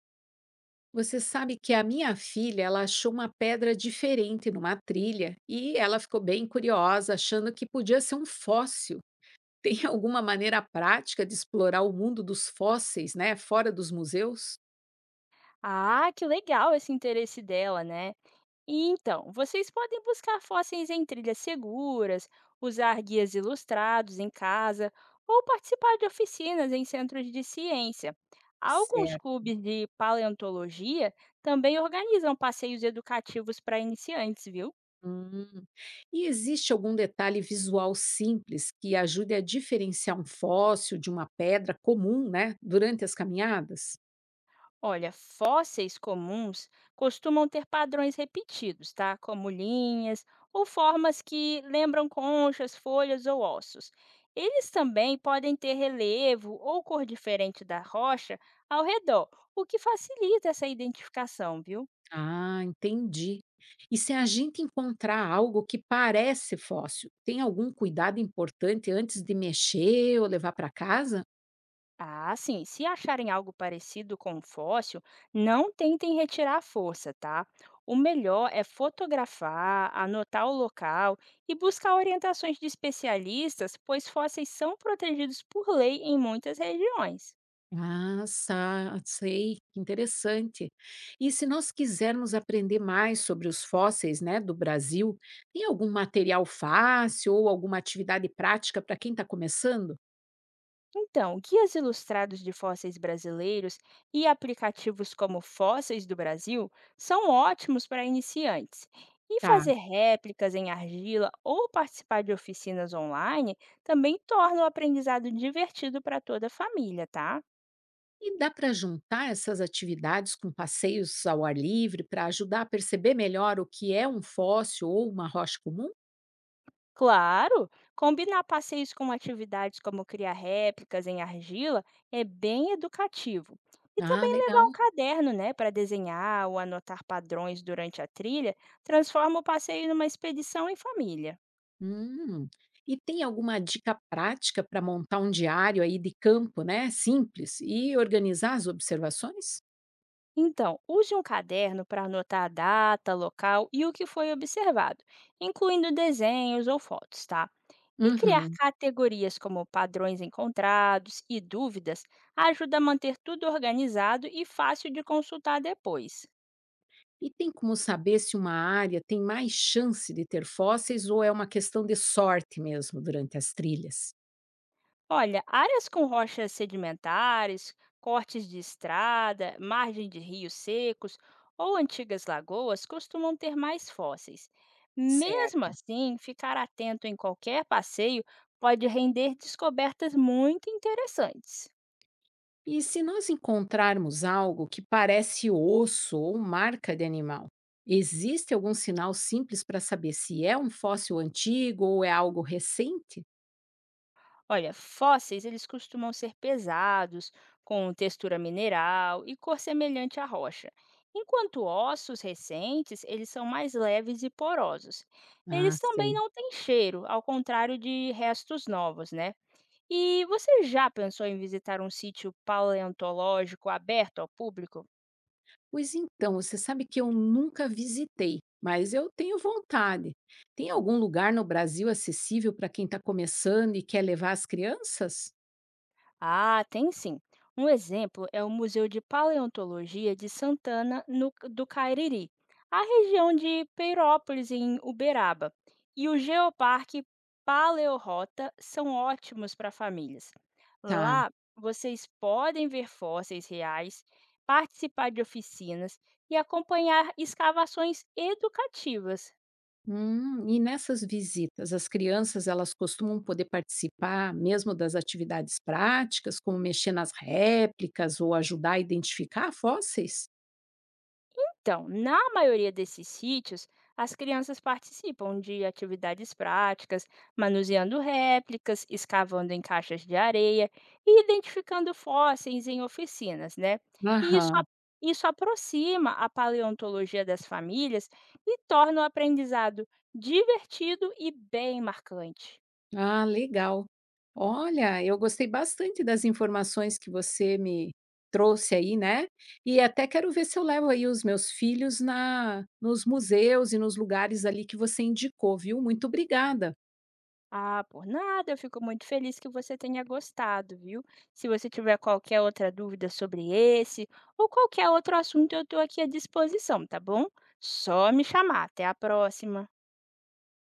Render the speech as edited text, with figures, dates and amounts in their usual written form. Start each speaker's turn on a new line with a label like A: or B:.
A: Você sabe que a minha filha, ela achou uma pedra diferente numa trilha e ela ficou bem curiosa, achando que podia ser um fóssil. Tem alguma maneira prática de explorar o mundo dos fósseis, né, fora dos museus?
B: Ah, que legal esse interesse dela, né? E então, vocês podem buscar fósseis em trilhas seguras, usar guias ilustrados em casa ou participar de oficinas em centros de ciência. Alguns
A: Certo.
B: clubes de paleontologia também organizam passeios educativos para iniciantes, viu?
A: Hum. E existe algum detalhe visual simples que ajude a diferenciar um fóssil de uma pedra comum, né, durante as caminhadas?
B: Olha, fósseis comuns costumam ter padrões repetidos, tá? Como linhas ou formas que lembram conchas, folhas ou ossos. Eles também podem ter relevo ou cor diferente da rocha ao redor, o que facilita essa identificação, viu?
A: Ah, entendi. E se a gente encontrar algo que parece fóssil, tem algum cuidado importante antes de mexer ou levar para casa?
B: Ah, sim. Se acharem algo parecido com um fóssil, não tentem retirar a força, tá? O melhor é fotografar, anotar o local e buscar orientações de especialistas, pois fósseis são protegidos por lei em muitas regiões.
A: Ah, sei, que interessante. E se nós quisermos aprender mais sobre os fósseis, né, do Brasil, tem algum material fácil ou alguma atividade prática para quem está começando?
B: Então, guias ilustrados de fósseis brasileiros e aplicativos como Fósseis do Brasil são ótimos para iniciantes. E
A: Tá.
B: fazer réplicas em argila ou participar de oficinas online também torna o aprendizado divertido para toda a família, tá?
A: E dá para juntar essas atividades com passeios ao ar livre para ajudar a perceber melhor o que é um fóssil ou uma rocha comum?
B: Claro, combinar passeios com atividades como criar réplicas em argila é bem educativo. E
A: Ah,
B: também levar um
A: legal.
B: caderno, né, para desenhar ou anotar padrões durante a trilha, transforma o passeio numa expedição em família.
A: Hum. E tem alguma dica prática para montar um diário aí de campo, né? Simples e organizar as observações?
B: Então, use um caderno para anotar a data, local e o que foi observado, incluindo desenhos ou fotos, tá? E criar
A: Uhum.
B: categorias como padrões encontrados e dúvidas ajuda a manter tudo organizado e fácil de consultar depois.
A: E tem como saber se uma área tem mais chance de ter fósseis ou é uma questão de sorte mesmo durante as trilhas?
B: Olha, áreas com rochas sedimentares, cortes de estrada, margem de rios secos ou antigas lagoas costumam ter mais fósseis. Mesmo
A: Certo.
B: assim, ficar atento em qualquer passeio pode render descobertas muito interessantes.
A: E se nós encontrarmos algo que parece osso ou marca de animal, existe algum sinal simples para saber se é um fóssil antigo ou é algo recente?
B: Olha, fósseis eles costumam ser pesados, com textura mineral e cor semelhante à rocha, enquanto ossos recentes eles são mais leves e porosos.
A: Ah,
B: Eles também
A: sei.
B: não têm cheiro, ao contrário de restos novos, né? E você já pensou em visitar um sítio paleontológico aberto ao público?
A: Pois então, você sabe que eu nunca visitei, mas eu tenho vontade. Tem algum lugar no Brasil acessível para quem está começando e quer levar as crianças?
B: Ah, tem sim. Um exemplo é o Museu de Paleontologia de Santana do Cariri, a região de Peirópolis, em Uberaba, e o Geoparque Paleorrota são ótimos para famílias.
A: Tá.
B: Lá vocês podem ver fósseis reais, participar de oficinas e acompanhar escavações educativas.
A: E nessas visitas, as crianças elas costumam poder participar mesmo das atividades práticas, como mexer nas réplicas ou ajudar a identificar fósseis?
B: Então, na maioria desses sítios, as crianças participam de atividades práticas, manuseando réplicas, escavando em caixas de areia e identificando fósseis em oficinas, né? E isso,
A: Aham.
B: isso aproxima a paleontologia das famílias e torna o aprendizado divertido e bem marcante.
A: Ah, legal. Olha, eu gostei bastante das informações que você me trouxe aí, né? E até quero ver se eu levo aí os meus filhos na nos museus e nos lugares ali que você indicou, viu? Muito obrigada.
B: Ah, por nada, eu fico muito feliz que você tenha gostado, viu? Se você tiver qualquer outra dúvida sobre esse ou qualquer outro assunto, eu estou aqui à disposição, tá bom? Só me chamar. Até a próxima.